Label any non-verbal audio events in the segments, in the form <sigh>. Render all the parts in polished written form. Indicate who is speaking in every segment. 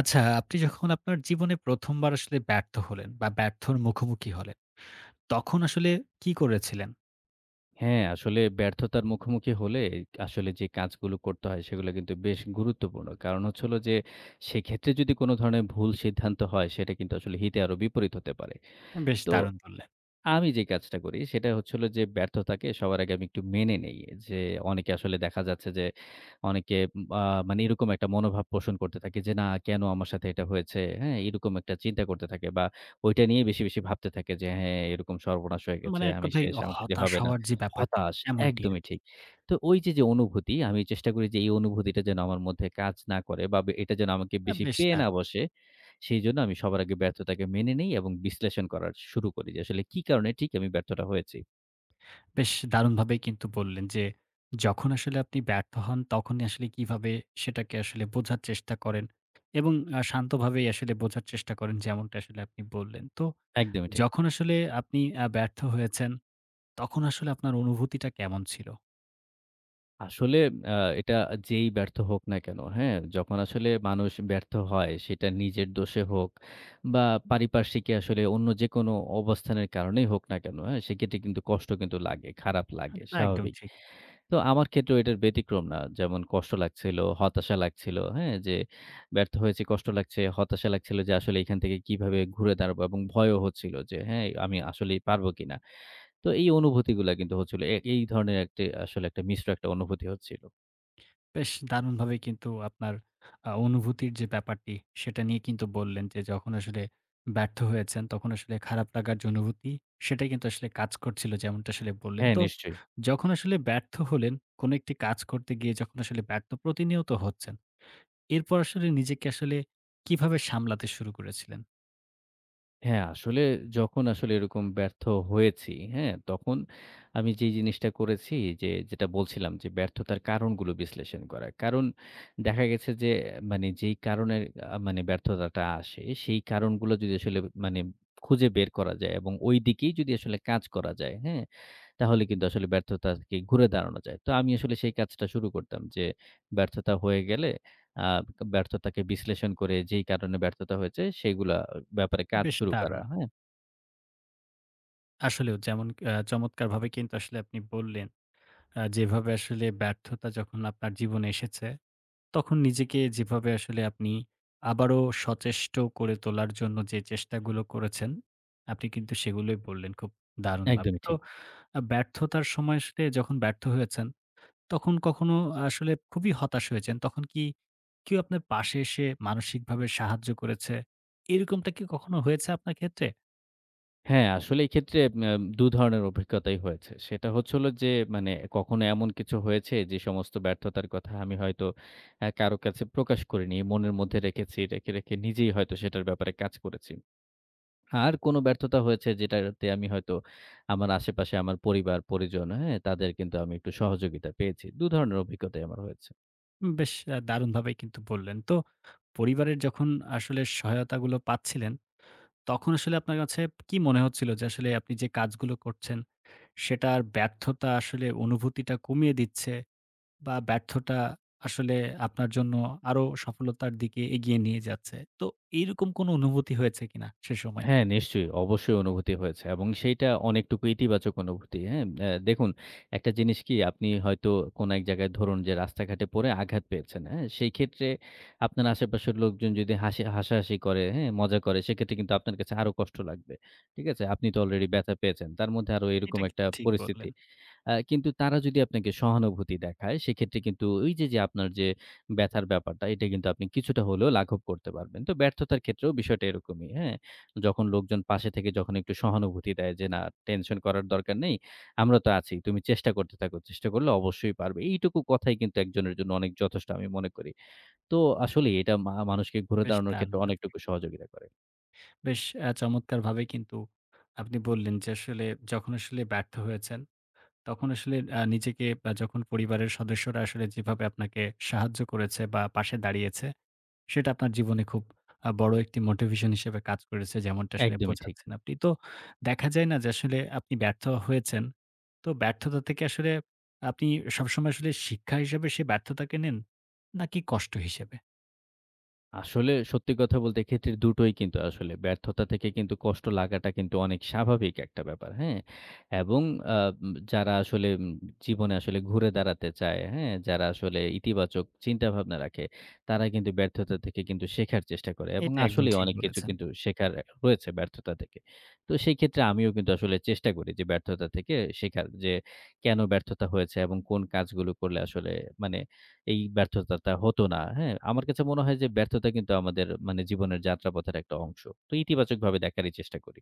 Speaker 1: আচ্ছা, আপনি যখন আপনার জীবনে ১ম বার আসলে ব্যর্থ হলেন বা ব্যর্থর মুখোমুখি হলেন, তখন আসলে কি করেছিলেন?
Speaker 2: হ্যাঁ, আসলে ব্যর্থতার মুখোমুখি হলে আসলে যে কাজগুলো করতে হয় সেগুলো কিন্তু বেশ গুরুত্বপূর্ণ। কারণ হচ্ছে হলো যে সেক্ষেত্রে যদি কোনো ধরনের ভুল সিদ্ধান্ত হয় সেটা কিন্তু আসলে হিতে আরো বিপরীত হতে পারে।
Speaker 1: বেশ
Speaker 2: তো
Speaker 1: দারুণ বললেন।
Speaker 2: আমি যে কাজটা করি সেটা হচ্ছে হলো যে ব্যর্থতাকে সবার আগে আমি একটু মেনে নেই। যে অনেকে আসলে দেখা যাচ্ছে যে অনেকে আ মানে এরকম একটা মনোভাব পোষণ করতে থাকে যে না কেন আমার সাথে এটা হয়েছে, হ্যাঁ? এরকম একটা চিন্তা করতে থাকে বা ওইটা নিয়ে বেশি, বেশি ভাবতে থাকে যে হ্যাঁ এরকম সর্বনাশ হয়ে গেছে,
Speaker 1: মানে এক
Speaker 2: আমি
Speaker 1: কথায়
Speaker 2: শেষ, আমাকে দিয়ে
Speaker 1: হতাশ
Speaker 2: হবে না।
Speaker 1: হওয়ার যে ব্যাপারটি,
Speaker 2: হতাশ,
Speaker 1: এমনটি
Speaker 2: একদমই
Speaker 1: আরকি।
Speaker 2: ঠিক। তো ওই যে, যে অনুভূতি আমি চেষ্টা করি যে এই অনুভূতিটা যেন আমার মধ্যে কাজ না করে বা এটা যেন আমাকে বেশি
Speaker 1: বেশ
Speaker 2: পেয়ে না
Speaker 1: দারুণ!
Speaker 2: বসে সেইজন্য আমি সবার আগে ব্যর্থতাকে মেনে নেই এবং বিশ্লেষণ করার শুরু করি যে আসলে কি কারণে ঠিক আমি ব্যর্থটা হয়েছি।
Speaker 1: বেশ দারুণভাবেই কিন্তু বললেন যে, যখন আসলে আপনি ব্যর্থ হন, তখনই আসলে কিভাবে সেটাকে আসলে বোঝার চেষ্টা করেন এবং শান্তভাবেই আসলে বোঝার চেষ্টা করেন, যেমনটা আসলে আপনি বললেন। তো
Speaker 2: একদমই ঠিক।
Speaker 1: যখন আসলে আপনি ব্যর্থ হয়েছেন, তখন আসলে আপনার অনুভূতিটা কেমন ছিল?
Speaker 2: আসলে এটা যেই ব্যর্থ হোক না কেন, হ্যাঁ? যখন আসলে মানুষ ব্যর্থ হয় সেটা নিজের দোষে হোক বা পারিপার্শ্বিকে আসলে অন্য যেকোনো অবস্থানের কারণেই হোক না কেন, হ্যাঁ? সেক্ষেত্রে কিন্তু কষ্ট কিন্তু লাগে, খারাপ লাগে,
Speaker 1: তা একদম
Speaker 2: স্বাভাবিক।
Speaker 1: ঠিক।
Speaker 2: তো আমার ক্ষেত্রেও এটার ব্যতিক্রম না। যেমন কষ্ট লাগছিল, হতাশা লাগছিল, হ্যাঁ? যে ব্যর্থ হয়েছি, কষ্ট লাগছে, হতাশা লাগছিল যে আসলে এখান থেকে কিভাবে ঘুরে দাঁড়াবো এবং ভয়ও হচ্ছিল যে হ্যাঁ, আমি আসলেই পারবো কিনা। তো এই অনুভূতিগুলা কিন্তু হচ্ছিল। এই ধরনের একটি আসলে একটা মিশ্র একটা অনুভূতি হচ্ছিল।
Speaker 1: বেশ দারুণভাবে কিন্তু আপনার অনুভূতির যে ব্যাপারটি, সেটা নিয়ে কিন্তু বললেন যে, যখন আসলে ব্যর্থ হয়েছেন, তখন আসলে খারাপ লাগার যে অনুভূতি, সেটাই কিন্তু আসলে কাজ করছিল। যেমনটা আসলে বললেন।
Speaker 2: হ্যাঁ,
Speaker 1: তো
Speaker 2: নিশ্চয়ই।
Speaker 1: যখন আসলে ব্যর্থ হলেন, কোন একটি কাজ করতে গিয়ে যখন আসলে ব্যর্থ প্রতিনিয়ত হচ্ছেন, এরপর আসলে নিজেকে আসলে কিভাবে সামলাতে শুরু করেছিলেন?
Speaker 2: হ্যাঁ, আসলে যখন আসলে এরকম ব্যর্থ হয়েছি, হ্যাঁ? তখন আমি যে জিনিসটা করেছি যে যেটা বলছিলাম যে ব্যর্থতার কারণগুলো বিশ্লেষণ করা। কারণ দেখা গেছে যে মানে যেই কারণে মানে ব্যর্থতাটা আসে সেই কারণগুলো যদি আসলে মানে খুঁজে বের করা যায় এবং ওই দিকেই যদি আসলে কাজ করা যায়, হ্যাঁ? তাহলে কিন্তু আসলে ব্যর্থতাকে ঘুরে দাঁড়ানো যায়। তো আমি আসলে সেই কাজটা শুরু করতাম যে, ব্যর্থতা হয়ে গেলে আ ব্যর্থতাকে বিশ্লেষণ করে যেই কারণে ব্যর্থতা হয়েছে, সেগুলা ব্যাপারে কাজ
Speaker 1: বেশ
Speaker 2: শুরু করা।
Speaker 1: দারুণ!
Speaker 2: হ্যাঁ?
Speaker 1: আসলেও যেমন চমৎকারভাবে কিন্তু আসলে আপনি বললেন, যেভাবে আসলে ব্যর্থতা যখন আপনার জীবনে এসেছে তখন নিজেকে যেভাবে আসলে আপনি আবারও সচেষ্ট করে তোলার জন্য যে চেষ্টাগুলো করেছেন, আপনি কিন্তু সেগুলোই বললেন খুব দারুণভাবে।
Speaker 2: একদমই
Speaker 1: তো
Speaker 2: ঠিক।
Speaker 1: ব্যর্থতার সময় আসলে যখন ব্যর্থ হয়েছেন, তখন কখনো আসলে খুবই হতাশ হয়েছেন, তখন কি কেউ আপনার পাশে এসে মানসিকভাবে সাহায্য করেছে? এরকমটা কি কখনো হয়েছে আপনার ক্ষেত্রে?
Speaker 2: হ্যাঁ, আসলে এই ক্ষেত্রে ম্যাম ২ ধরনের অভিজ্ঞতাই হয়েছে। সেটা হচ্ছে হলো যে, মানে কখনো এমন কিছু হয়েছে যে সমস্ত ব্যর্থতার কথা আমি হয়তো কারো কাছে প্রকাশ করিনি। মনের মধ্যে রেখেছি। রেখে, রেখে নিজেই হয়তো সেটার ব্যাপারে কাজ করেছি। আর কোনো ব্যর্থতা হয়েছে যেটাতে আমি হয়তো আমার আশেপাশে আমার পরিবার-পরিজন, হ্যাঁ? তাদের কিন্তু আমি একটু সহযোগিতা পেয়েছি। ২ ধরনের অভিজ্ঞতাই আমার হয়েছে।
Speaker 1: উম বেশ দারুণভাবেই কিন্তু বললেন। তো পরিবারের যখন আসলে সহায়তাগুলো পাচ্ছিলেন তখন আসলে আপনার কাছে কি মনে হচ্ছিল যে আসলে আপনি যে কাজগুলো করছেন সেটার ব্যর্থতা আসলে অনুভূতিটা কমিয়ে দিচ্ছে বা ব্যর্থতা আসলে আপনার জন্য আরো সফলতার দিকে এগিয়ে নিয়ে যাচ্ছে। তো এইরকম কোনো অনুভূতি হয়েছে কিনা সে সময়?
Speaker 2: হ্যাঁ, নিশ্চয়ই। অবশ্যই অনুভূতি হয়েছে এবং সেইটা অনেকটুকু ইতিবাচক অনুভূতি, হ্যাঁ? দেখুন, একটা জিনিস কি আপনি হয়তো কোনো এক জায়গায় ধরুন যে রাস্তাঘাটে পড়ে আঘাত পেয়েছেন, হ্যাঁ? সেই ক্ষেত্রে আপনার আশেপাশের লোকজন যদি হাসি হাসাহাসি করে, হ্যাঁ? মজা করে সেক্ষেত্রে কিন্তু আপনার কাছে আরো কষ্ট লাগবে। ঠিক আছে? আপনি তো অলরেডি ব্যথা পেয়েছেন। তার মধ্যে আরো এরকম
Speaker 1: এটা
Speaker 2: একটা
Speaker 1: কিন্তু ঠিক
Speaker 2: পরিস্থিতি।
Speaker 1: বললেন।
Speaker 2: কিন্তু তারা যদি আপনাকে সহানুভূতি দেখায়, সেক্ষেত্রে কিন্তু ওই যে, যে আপনার যে ব্যথার ব্যাপারটা, এটা কিন্তু আপনি কিছুটা হলেও লাঘব করতে পারবেন। তো ব্যর্থতার ক্ষেত্রেও বিষয়টা এরকমই, হ্যাঁ? যখন লোকজন পাশে থেকে যখন একটু সহানুভূতি দেয় যে, "না, টেনশন করার দরকার নেই। আমরা তো আছি। তুমি চেষ্টা করতে থাকো। চেষ্টা করলে অবশ্যই পারবে।" এইটুকু কথাই কিন্তু একজনের জন্য অনেক যথেষ্ট আমি মনে করি। তো আসলেই এটা মানুষকে ঘুরে
Speaker 1: বেশ
Speaker 2: দাঁড়ানোর ক্ষেত্রে
Speaker 1: দারুণ ব্যাপার।
Speaker 2: অনেকটুকু সহযোগিতা করে।
Speaker 1: বেশ চমৎকারভাবে কিন্তু আপনি বললেন যে আসলে যখন আসলে ব্যর্থ হয়েছেন তখন আসলে নিজেকে বা যখন পরিবারের সদস্যরা আসলে যেভাবে আপনাকে সাহায্য করেছে বা পাশে দাঁড়িয়েছে সেটা আপনার জীবনে খুব বড় একটি মোটিভেশন হিসেবে কাজ করেছে যেমনটা আসলে
Speaker 2: একদমই ঠিক।
Speaker 1: বোঝাচ্ছেন আপনি। তো দেখা যায় না যে আসলে আপনি ব্যর্থ হয়েছেন। তো ব্যর্থতা থেকে আসলে আপনি সবসময় আসলে শিক্ষা হিসেবে সেই ব্যর্থতাকে নেন নাকি কষ্ট হিসেবে?
Speaker 2: আসলে সত্যি কথা বলতে এক্ষেত্রে দুটোই কিন্তু আসলে ব্যর্থতা থেকে কিন্তু কষ্ট লাগাটা কিন্তু অনেক স্বাভাবিক একটা ব্যাপার। হ্যাঁ? এবং আ উম যারা আসলে জীবনে আসলে ঘুরে দাঁড়াতে চায়, হ্যাঁ? যারা আসলে ইতিবাচক চিন্তাভাবনা রাখে, তারা কিন্তু ব্যর্থতা থেকে কিন্তু শেখার চেষ্টা করে এবং
Speaker 1: এটা একদম
Speaker 2: আসলেই
Speaker 1: ঠিক
Speaker 2: অনেক কিছু
Speaker 1: বলেছেন।
Speaker 2: কিন্তু শেখার রয়েছে ব্যর্থতা থেকে। তো সেই ক্ষেত্রে আমিও কিন্তু আসলে চেষ্টা করি যে ব্যর্থতা থেকে শেখার যে কেন ব্যর্থতা হয়েছে এবং কোন কাজগুলো করলে আসলে মানে এই ব্যর্থতাটা হতো না। হ্যাঁ? আমার কাছে মনে হয় যে ব্যর্থতা কিন্তু আমাদের মানে জীবনের যাত্রাপথের একটা অংশ। তো ইতিবাচকভাবে দেখারই চেষ্টা করি।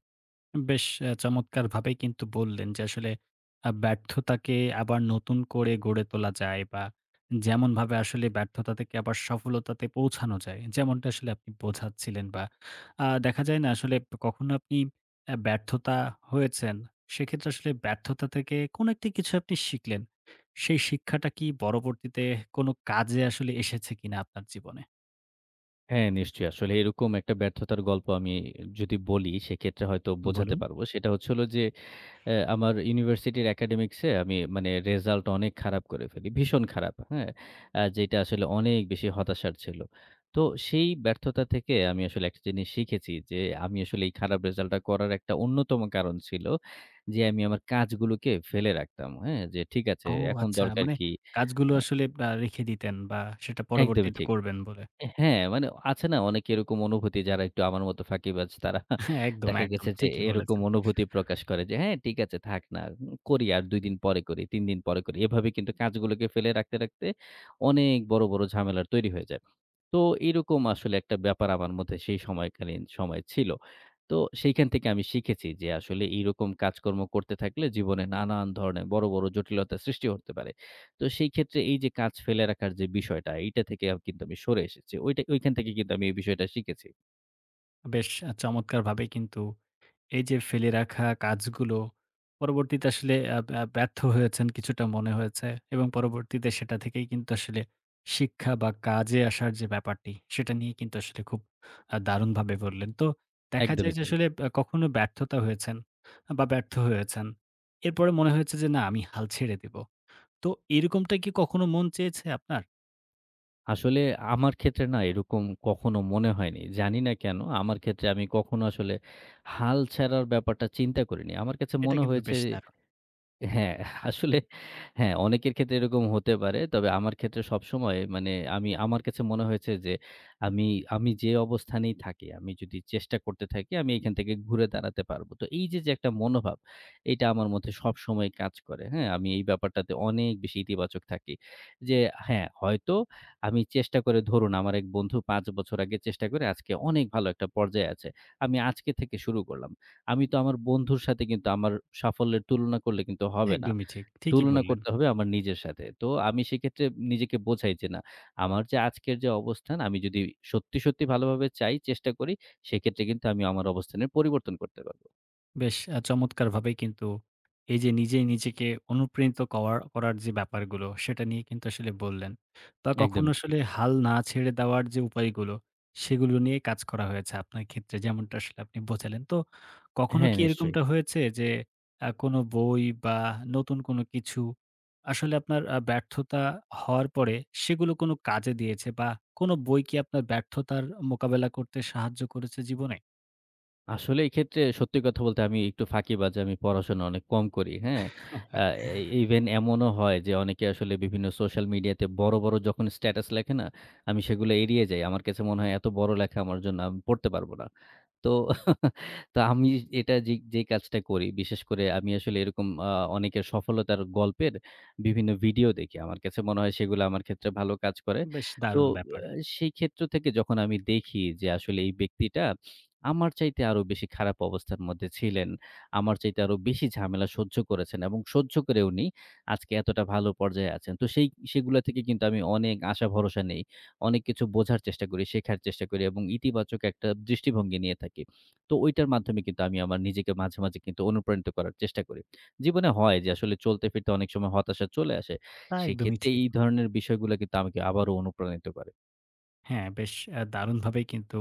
Speaker 1: বেশ চমৎকারভাবেই কিন্তু বললেন যে আসলে ব্যর্থতাকে আবার নতুন করে গড়ে তোলা যায় বা যেমনভাবে আসলে ব্যর্থতা থেকে আবার সফলতাতে পৌঁছানো যায়। যেমনটা আসলে আপনি বোঝাচ্ছিলেন বা দেখা যায় না আসলে কখনো আপনি ব্যর্থতা হয়েছেন। সেক্ষেত্রে আসলে ব্যর্থতা থেকে কোনো একটি কিছু আপনি শিখলেন। সেই শিক্ষাটা কি পরবর্তীতে কোনো কাজে আসলে এসেছে কিনা আপনার জীবনে?
Speaker 2: হ্যাঁ, নিশ্চয়ই। আসলে এরকম একটা ব্যর্থতার গল্প আমি যদি বলি সেক্ষেত্রে হয়তো বোঝাতে
Speaker 1: বলুন।
Speaker 2: পারব। সেটা হচ্ছে হলো যে আমার ইউনিভার্সিটির একাডেমিক্সে আমি মানে রেজাল্ট অনেক খারাপ করে ফেলি। ভীষণ খারাপ, হ্যাঁ? যেটা আসলে অনেক বেশি হতাশার ছিল। তো সেই ব্যর্থতা থেকে আমি আসলে একটা জিনিস শিখেছি যে, আমি আসলে এই খারাপ রেজাল্টটা করার একটা অন্যতম কারণ ছিল যে, আমি আমার কাজগুলোকে ফেলে রাখতাম, হ্যাঁ? যে ঠিক আছে
Speaker 1: ও
Speaker 2: এখন
Speaker 1: আচ্ছা।
Speaker 2: দরকার
Speaker 1: মানে
Speaker 2: কি?
Speaker 1: কাজগুলো
Speaker 2: অ্যা
Speaker 1: আসলে রেখে দিতেন বা সেটা
Speaker 2: একদমই
Speaker 1: পরবর্তীতে
Speaker 2: ঠিক।
Speaker 1: করবেন বলে।
Speaker 2: হ্যাঁ, মানে আছে না অনেকে এরকম অনুভূতি যারা একটু আমার মতো ফাঁকিবাজ তারা
Speaker 1: হ্যাঁ, একদম,
Speaker 2: দেখা
Speaker 1: একদম।
Speaker 2: গেছে যে
Speaker 1: ঠিকই
Speaker 2: এরকম
Speaker 1: বলেছেন।
Speaker 2: অনুভূতি প্রকাশ করে যে হ্যাঁ, ঠিক আছে থাক না। করি আর ২ দিন পরে করি, ৩ দিন পরে করি। এভাবে কিন্তু কাজগুলোকে ফেলে রাখতে, রাখতে অনেক বড়, বড় ঝামেলার তৈরি হয়ে যায়। তো এরকম আসলে একটা ব্যাপার আমার মধ্যে সেই সময়কালীন সময় ছিল। তো সেইখান থেকে আমি শিখেছি যে আসলে এইরকম কাজকর্ম করতে থাকলে জীবনে নানান ধরনের বড়, বড় জটিলতার সৃষ্টি হতে পারে। তো সেই ক্ষেত্রে এই যে কাজ ফেলে রাখার যে বিষয়টা এইটা থেকে কিন্তু আমি সরে এসেছি। ওইটা ওইখান থেকে কিন্তু আমি এই বিষয়টা শিখেছি।
Speaker 1: বেশ চমৎকারভাবে কিন্তু এই যে ফেলে রাখা কাজগুলো পরবর্তীতে আসলে আ ব্যা ব্যর্থ হয়েছেন কিছুটা মনে হয়েছে এবং পরবর্তীতে সেটা থেকেই কিন্তু আসলে শিক্ষা বা কাজে আসার যে ব্যাপারটি, সেটা নিয়ে কিন্তু আসলে খুব দারুণভাবে বললেন। তো দেখা যায়
Speaker 2: একদমই
Speaker 1: যে
Speaker 2: তাই।
Speaker 1: আসলে কখনো ব্যর্থতা হয়েছেন বা ব্যর্থ হয়েছেন। এরপরে মনে হয়েছে যে, "না, আমি হাল ছেড়ে দিব।" তো এরকমটা কি কখনো মন চেয়েছে আপনার?
Speaker 2: আসলে আমার ক্ষেত্রে না এরকম কখনো মনে হয়নি। জানি না কেন? আমার ক্ষেত্রে আমি কখনো আসলে হাল ছাড়ার ব্যাপারটা চিন্তা করিনি। আমার কাছে
Speaker 1: এটা
Speaker 2: মনে
Speaker 1: কিন্তু
Speaker 2: হয়েছে
Speaker 1: বেশ দারুণ।
Speaker 2: হ্যাঁ, আসলে হ্যাঁ, অনেকের ক্ষেত্রে এরকম হতে পারে। তবে আমার ক্ষেত্রে সবসময় মানে আমি আমার কাছে মনে হয়েছে যে আমি, আমি যে অবস্থানেই থাকি, আমি যদি চেষ্টা করতে থাকি আমি এখান থেকে ঘুরে দাঁড়াতে পারব। তো এই যে, যে একটা মনোভাব এইটা আমার মধ্যে সবসময় কাজ করে। হ্যাঁ, আমি এই ব্যাপারটাতে অনেক বেশি ইতিবাচক থাকি। যে হ্যাঁ, হয়তো আমি চেষ্টা করে ধরুন আমার এক বন্ধু ৫ বছর আগে চেষ্টা করে আজকে অনেক ভালো একটা পর্যায়ে আছে। আমি আজকে থেকে শুরু করলাম। আমি তো আমার বন্ধুর সাথে কিন্তু আমার সাফল্যের তুলনা করলে কিন্তু হবে না।
Speaker 1: একদমই ঠিক। ঠিকই
Speaker 2: তুলনা
Speaker 1: বললেন।
Speaker 2: করতে হবে আমার নিজের সাথে। তো আমি সেক্ষেত্রে নিজেকে বোঝাই যে না, আমার যে আজকের যে অবস্থান আমি যদি সত্যি, সত্যি ভালোভাবে চাই, চেষ্টা করি সেক্ষেত্রে কিন্তু আমি আমার অবস্থানের পরিবর্তন করতে পারব।
Speaker 1: বেশ চমৎকারভাবেই কিন্তু এই যে নিজেই নিজেকে অনুপ্রাণিত করার যে ব্যাপারগুলো, সেটা নিয়ে কিন্তু আসলে বললেন। বা কখনো
Speaker 2: একদমই ঠিক।
Speaker 1: আসলে হাল না ছেড়ে দেওয়ার যে উপায়গুলো, সেগুলো নিয়ে কাজ করা হয়েছে আপনার ক্ষেত্রে যেমনটা আসলে আপনি বোঝালেন। তো কখনো
Speaker 2: হ্যাঁ,
Speaker 1: কি
Speaker 2: নিশ্চয়ই।
Speaker 1: এরকমটা হয়েছে যে কোনো বই বা নতুন কোনো কিছু আসলে আপনার ব্যর্থতা হওয়ার পরে সেগুলো কোনো কাজে দিয়েছে বা কোনো বই কি আপনার ব্যর্থতার মোকাবেলা করতে সাহায্য করেছে জীবনে?
Speaker 2: আসলে এই ক্ষেত্রে সত্যি কথা বলতে আমি একটু ফাঁকিবাজ। আমি পড়াশোনা অনেক কম করি। হ্যাঁ? আ
Speaker 1: <laughs>
Speaker 2: এ ইভেন এমনও হয় যে অনেকে আসলে বিভিন্ন সোশ্যাল মিডিয়াতে বড়, বড় যখন স্ট্যাটাস লেখে না? আমি সেগুলো এড়িয়ে যাই। আমার কাছে মনে হয় এত বড় লেখা আমার জন্য আমি পড়তে পারব না। তো তো আমি এটা যে যে কাজটা করি, বিশেষ করে আমি আসলে এরকম অনেকের সফলতার গল্পের বিভিন্ন ভিডিও দেখি। আমার কাছে মনে হয় সেগুলো আমার ক্ষেত্রে ভালো কাজ করে।
Speaker 1: বেশ
Speaker 2: তো
Speaker 1: দারুণ ব্যাপার।
Speaker 2: আ সেই ক্ষেত্র থেকে যখন আমি দেখি যে আসলে এই ব্যক্তিটা আমার চাইতে আরো বেশি খারাপ অবস্থার মধ্যে ছিলেন। আমার চাইতে আরো বেশি ঝামেলা সহ্য করেছেন এবং সহ্য করে উনি আজকে এতটা ভালো পর্যায়ে আছেন। তো সেই সেগুলা থেকে কিন্তু আমি অনেক আশা ভরসা নেই। অনেক কিছু বোঝার চেষ্টা করি, শেখার চেষ্টা করি এবং ইতিবাচক একটা দৃষ্টিভঙ্গি নিয়ে থাকি। তো ঐটার মাধ্যমে কিন্তু আমি আমার নিজেকে মাঝে, মাঝে কিন্তু অনুপ্রাণিত করার চেষ্টা করি। জীবনে হয় যে আসলে চলতে ফিরতে অনেক সময় হতাশা চলে আসে।
Speaker 1: তা একদমই
Speaker 2: সেক্ষেত্রে
Speaker 1: ঠিক।
Speaker 2: এই ধরনের বিষয়গুলো কিন্তু আমাকে আবারও অনুপ্রাণিত করে।
Speaker 1: হ্যাঁ, বেশ দারুণভাবেই কিন্তু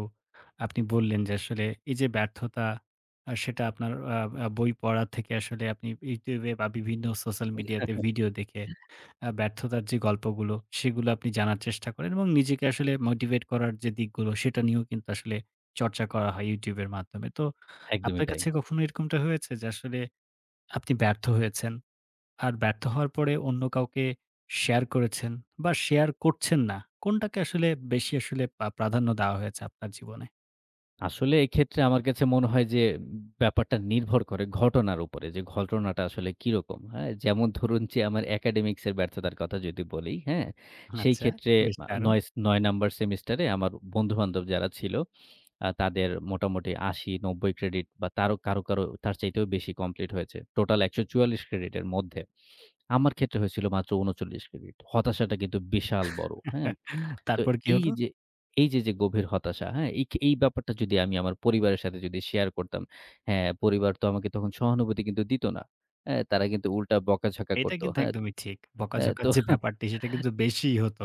Speaker 1: আপনি বললেন যে আসলে এই যে ব্যর্থতা সেটা আপনার আ আ বই পড়া থেকে আসলে আপনি YouTube এ বা বিভিন্ন সোশ্যাল মিডিয়াতে
Speaker 2: <laughs>
Speaker 1: ভিডিও দেখে ব্যর্থতার যে গল্পগুলো সেগুলো আপনি জানার চেষ্টা করেন এবং নিজেকে আসলে মোটিভেট করার যে দিকগুলো সেটা নিয়েও কিন্তু আসলে চর্চা করা হয় YouTube এর মাধ্যমে। তো
Speaker 2: একদমই
Speaker 1: আপনার
Speaker 2: তাই।
Speaker 1: কাছে কখনো এরকমটা হয়েছে যে আসলে আপনি ব্যর্থ হয়েছেন? আর ব্যর্থ হওয়ার পরে অন্য কাউকে শেয়ার করেছেন বা শেয়ার করছেন না, কোনটাকে আসলে বেশি আসলে প্রাধান্য দেওয়া হয়েছে আপনার জীবনে?
Speaker 2: আসলে এক্ষেত্রে আমার কাছে মনে হয় যে ব্যাপারটা নির্ভর করে ঘটনার উপরে যে ঘটনাটা আসলে কিরকম। হ্যাঁ? যেমন ধরুন যে আমার একাডেমিক্স এর ব্যর্থতার কথা যদি বলি, হ্যাঁ? সেই
Speaker 1: আচ্ছা,
Speaker 2: ক্ষেত্রে
Speaker 1: বেশ
Speaker 2: আ
Speaker 1: দারুণ!
Speaker 2: ৯ ৯ নাম্বার সেমিস্টারে আমার বন্ধু-বান্ধব যারা ছিল তাদের মোটামুটি ৮০-৯০ ক্রেডিট বা তারও কারো, কারো তার চাইতেও বেশি কমপ্লিট হয়েছে। টোটাল ১৪৪ ক্রেডিটের মধ্যে। আমার ক্ষেত্রে হয়েছিল মাত্র ৩৯ ক্রেডিট। হতাশাটা কিন্তু বিশাল বড়। হ্যাঁ? তো
Speaker 1: তারপর কি
Speaker 2: এই
Speaker 1: হলো?
Speaker 2: যে এই যে, যে গভীর হতাশা, হ্যাঁ? এই ব্যাপারটা যদি আমি আমার পরিবারের সাথে যদি শেয়ার করতাম, হ্যাঁ, পরিবার তো আমাকে তখন সহানুভূতি কিন্তু দিত না। হ্যাঁ? তারা কিন্তু উল্টা বকাঝকা
Speaker 1: এটা
Speaker 2: করত।
Speaker 1: কিন্তু
Speaker 2: হ্যাঁ?
Speaker 1: একদমই ঠিক।
Speaker 2: হ্যাঁ,
Speaker 1: বকাঝকার
Speaker 2: তো
Speaker 1: যে
Speaker 2: <laughs>
Speaker 1: ব্যাপারটি সেটা কিন্তু বেশিই হতো।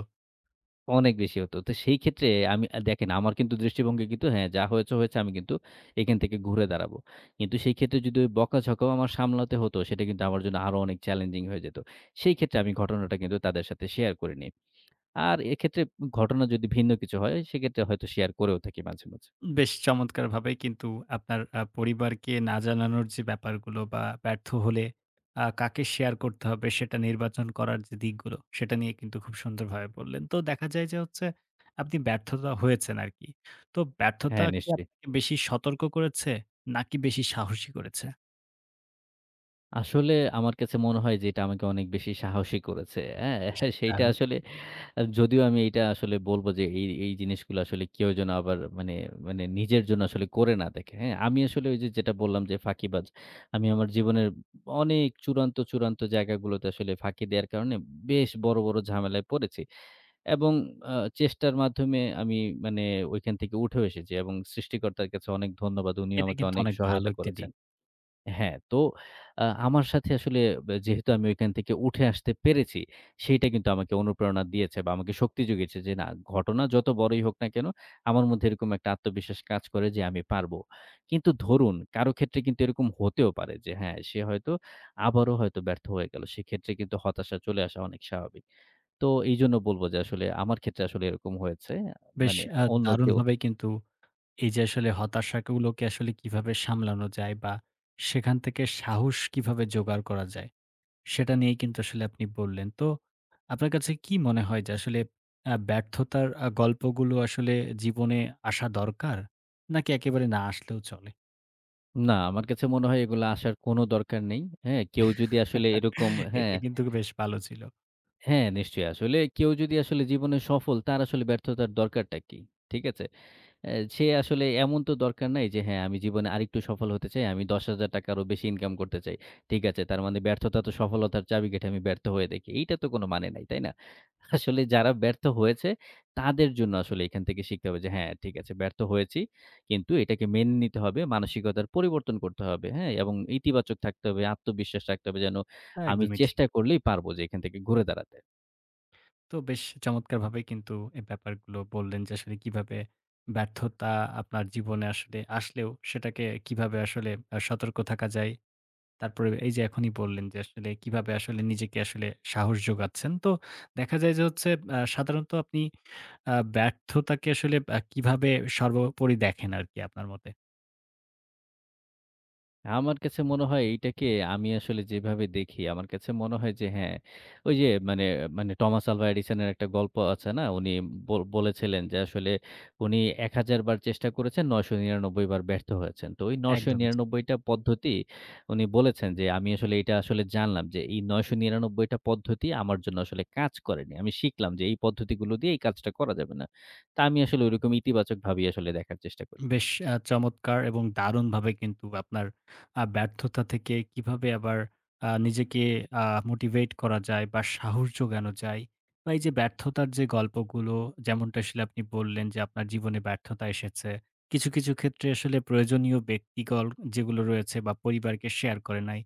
Speaker 2: অনেক বেশি হতো। তো সেই ক্ষেত্রে আমি দেখেন আমার কিন্তু দৃষ্টিভঙ্গি কিন্তু হ্যাঁ, যা হয়েছে, হয়েছে আমি কিন্তু এখান থেকে ঘুরে দাঁড়াবো। কিন্তু সেই ক্ষেত্রে যদি ওই বকাঝকাও আমার সামলাতে হতো, সেটা কিন্তু আমার জন্য আরো অনেক চ্যালেঞ্জিং হয়ে যেত। সেই ক্ষেত্রে আমি ঘটনাটা কিন্তু তাদের সাথে শেয়ার করিনি। আর এক্ষেত্রে ঘটনা যদি ভিন্ন কিছু হয়, সেক্ষেত্রে হয়তো শেয়ার করেও থাকি মাঝে, মাঝে।
Speaker 1: বেশ চমৎকারভাবে কিন্তু আপনার পরিবারকে না জানানোর যে ব্যাপারগুলো বা ব্যর্থ হলে কাকে শেয়ার করতে হবে সেটা নির্বাচন করার যে দিকগুলো, সেটা নিয়ে কিন্তু খুব সুন্দরভাবে বললেন। তো দেখা যায় যে হচ্ছে আপনি ব্যর্থতা হয়েছেন আরকি। তো ব্যর্থতা
Speaker 2: হ্যাঁ,
Speaker 1: কি
Speaker 2: নিশ্চয়ই।
Speaker 1: আপনাকে বেশি সতর্ক করেছে নাকি বেশি সাহসী করেছে?
Speaker 2: আসলে আমার কাছে মনে হয় যে এটা আমাকে অনেক বেশি সাহসী করেছে। হ্যাঁ?
Speaker 1: বেশ
Speaker 2: <laughs> সেইটা
Speaker 1: দারুণ!
Speaker 2: আসলে যদিও আমি এইটা আসলে বলব যে এই জিনিসগুলো আসলে কেউ যেন আবার মানে, মানে নিজের জন্য আসলে করে না দেখে। হ্যাঁ? আমি আসলে ওই যে যেটা বললাম যে ফাঁকিবাজ। আমি আমার জীবনের অনেক চূড়ান্ত, চূড়ান্ত জায়গাগুলোতে আসলে ফাঁকি দেওয়ার কারণে বেশ বড়, বড় ঝামেলায় পড়েছি। এবং আ চেষ্টার মাধ্যমে আমি মানে ঐখান থেকে উঠেও এসেছি এবং সৃষ্টিকর্তার কাছে অনেক ধন্যবাদ। উনিও
Speaker 1: এটা
Speaker 2: আমাকে
Speaker 1: কিন্তু
Speaker 2: অনেক
Speaker 1: অনেক ভালো
Speaker 2: সহায়তা
Speaker 1: একটি
Speaker 2: করেছেন।
Speaker 1: দিক।
Speaker 2: হ্যাঁ, তো আমার সাথে আসলে যেহেতু আমি ঐখান থেকে উঠে আসতে পেরেছি, সেইটা কিন্তু আমাকে অনুপ্রেরণা দিয়েছে বা আমাকে শক্তি জুগিয়েছে যে, না ঘটনা যত বড়ই হোক না কেন, আমার মধ্যে এরকম একটা আত্মবিশ্বাস কাজ করে যে আমি পারবো। কিন্তু ধরুন কারো ক্ষেত্রে কিন্তু এরকম হতেও পারে যে হ্যাঁ, সে হয়তো আবারও হয়তো ব্যর্থ হয়ে গেল। সেক্ষেত্রে কিন্তু হতাশা চলে আসা অনেক স্বাভাবিক। তো এইজন্য বলব যে আসলে আমার ক্ষেত্রে আসলে এরকম হয়েছে।
Speaker 1: বেশ
Speaker 2: মানে অন্য কেউ
Speaker 1: দারুণভাবেই কিন্তু এই যে আসলে হতাশাগুলোকে আসলে কিভাবে সামলানো যায় বা সেখান থেকে সাহস কিভাবে জোগাড় করা যায়? সেটা নিয়েই কিন্তু আসলে আপনি বললেন। তো আপনার কাছে কি মনে হয় যে আসলে ব্যর্থতার গল্পগুলো আসলে জীবনে আসা দরকার? নাকি একেবারে না আসলেও চলে?
Speaker 2: না, আমার কাছে মনে হয় এগুলা আসার কোনো দরকার নেই। হ্যাঁ? কেউ যদি আসলে এরকম হ্যাঁ,
Speaker 1: এটা কিন্তু বেশ ভালো ছিল।
Speaker 2: হ্যাঁ নিশ্চয়ই। আসলে কেউ যদি আসলে জীবনে সফল তার আসলে ব্যর্থতার দরকারটা কি? ঠিক আছে? সে আসলে এমন তো দরকার নাই যে হ্যাঁ, আমি জীবনে আরেকটু সফল হতে চাই। আমি ৳১০,০০০ আরও বেশি ইনকাম করতে চাই। ঠিক আছে। তার মানে ব্যর্থতা তো সফলতার চাবিকাঠি। আমি ব্যর্থ হয়ে দেখি। এইটা তো কোনো মানে নাই, তাই না? আসলে যারা ব্যর্থ হয়েছে তাদের জন্য আসলে এখান থেকে শিখতে হবে যে হ্যাঁ, ঠিক আছে ব্যর্থ হয়েছি। কিন্তু এটাকে মেনে নিতে হবে। মানসিকতার পরিবর্তন করতে হবে। হ্যাঁ? এবং ইতিবাচক থাকতে হবে। আত্মবিশ্বাস রাখতে হবে যেন
Speaker 1: হ্যাঁ,
Speaker 2: আমি
Speaker 1: একদমই ঠিক।
Speaker 2: চেষ্টা করলেই পারব যে এখান থেকে ঘুরে দাঁড়াতে।
Speaker 1: তো বেশ চমৎকারভাবে কিন্তু এই ব্যাপারগুলো বললেন যে আসলে কিভাবে ব্যর্থতা আপনার জীবনে আসলে আসলেও সেটাকে কিভাবে আসলে সতর্ক থাকা যায়। তারপরে এই যে এখনই বললেন যে আসলে কিভাবে আসলে নিজেকে আসলে সাহস যোগাচ্ছেন। তো দেখা যায় যে হচ্ছে সাধারণত আপনি ব্যর্থতাকে আসলে কিভাবে সর্বোপরি দেখেন আরকি আপনার মতে?
Speaker 2: আমার কাছে মনে হয় এইটাকে আমি আসলে যেভাবে দেখি, আমার কাছে মনে হয় যে হ্যাঁ, ওই যে মানে মানে টমাস আলভা এডিসনের একটা গল্প আছে না? উনি বলেছিলেন যে আসলে উনি ১,০০০ বার চেষ্টা করেছেন, ৯৯৯ বার ব্যর্থ হয়েছেন। তো ওই
Speaker 1: একদমই ঠিক।
Speaker 2: ৯৯৯ টা পদ্ধতি উনি বলেছেন যে আমি আসলে এটা আসলে জানলাম যে এই ৯৯৯ টা পদ্ধতি আমার জন্য আসলে কাজ করেনি। আমি শিখলাম যে এই পদ্ধতিগুলো দিয়ে এই কাজটা করা যাবে না। তা আমি আসলে ঐরকম ইতিবাচকভাবেই আসলে দেখার চেষ্টা করি।
Speaker 1: বেশ চমৎকার এবং দারুণভাবে কিন্তু আপনার ব্যর্থতা থেকে কিভাবে আবার নিজেকে আ মোটিভেট করা যায় বা সাহস যোগানো যায় বা এই যে ব্যর্থতার যে গল্পগুলো যেমনটা আসলে আপনি বললেন যে আপনার জীবনে ব্যর্থতা এসেছে। কিছু, কিছু ক্ষেত্রে আসলে প্রয়োজনীয় ব্যক্তিগল যেগুলো রয়েছে বা পরিবারকে শেয়ার করে নাই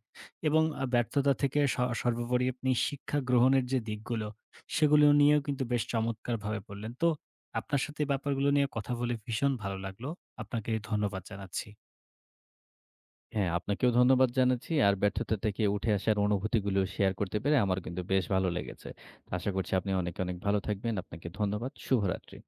Speaker 1: এবং ব্যর্থতা থেকে সর্বোপরি আপনি শিক্ষা গ্রহণের যে দিকগুলো সেগুলো নিয়েও কিন্তু বেশ চমৎকারভাবে বললেন। তো আপনার সাথে এই ব্যাপারগুলো নিয়ে কথা বলে ভীষণ ভালো লাগলো। আপনাকে ধন্যবাদ জানাচ্ছি।
Speaker 2: হ্যাঁ, আপনাকেও ধন্যবাদ জানাচ্ছি। আর ব্যর্থতা থেকে উঠে আসার অনুভূতিগুলো শেয়ার করতে পেরে আমার কিন্তু বেশ ভালো লেগেছে। আশা করছি আপনি অনেক, অনেক ভালো থাকবেন। আপনাকে ধন্যবাদ। শুভরাত্রি।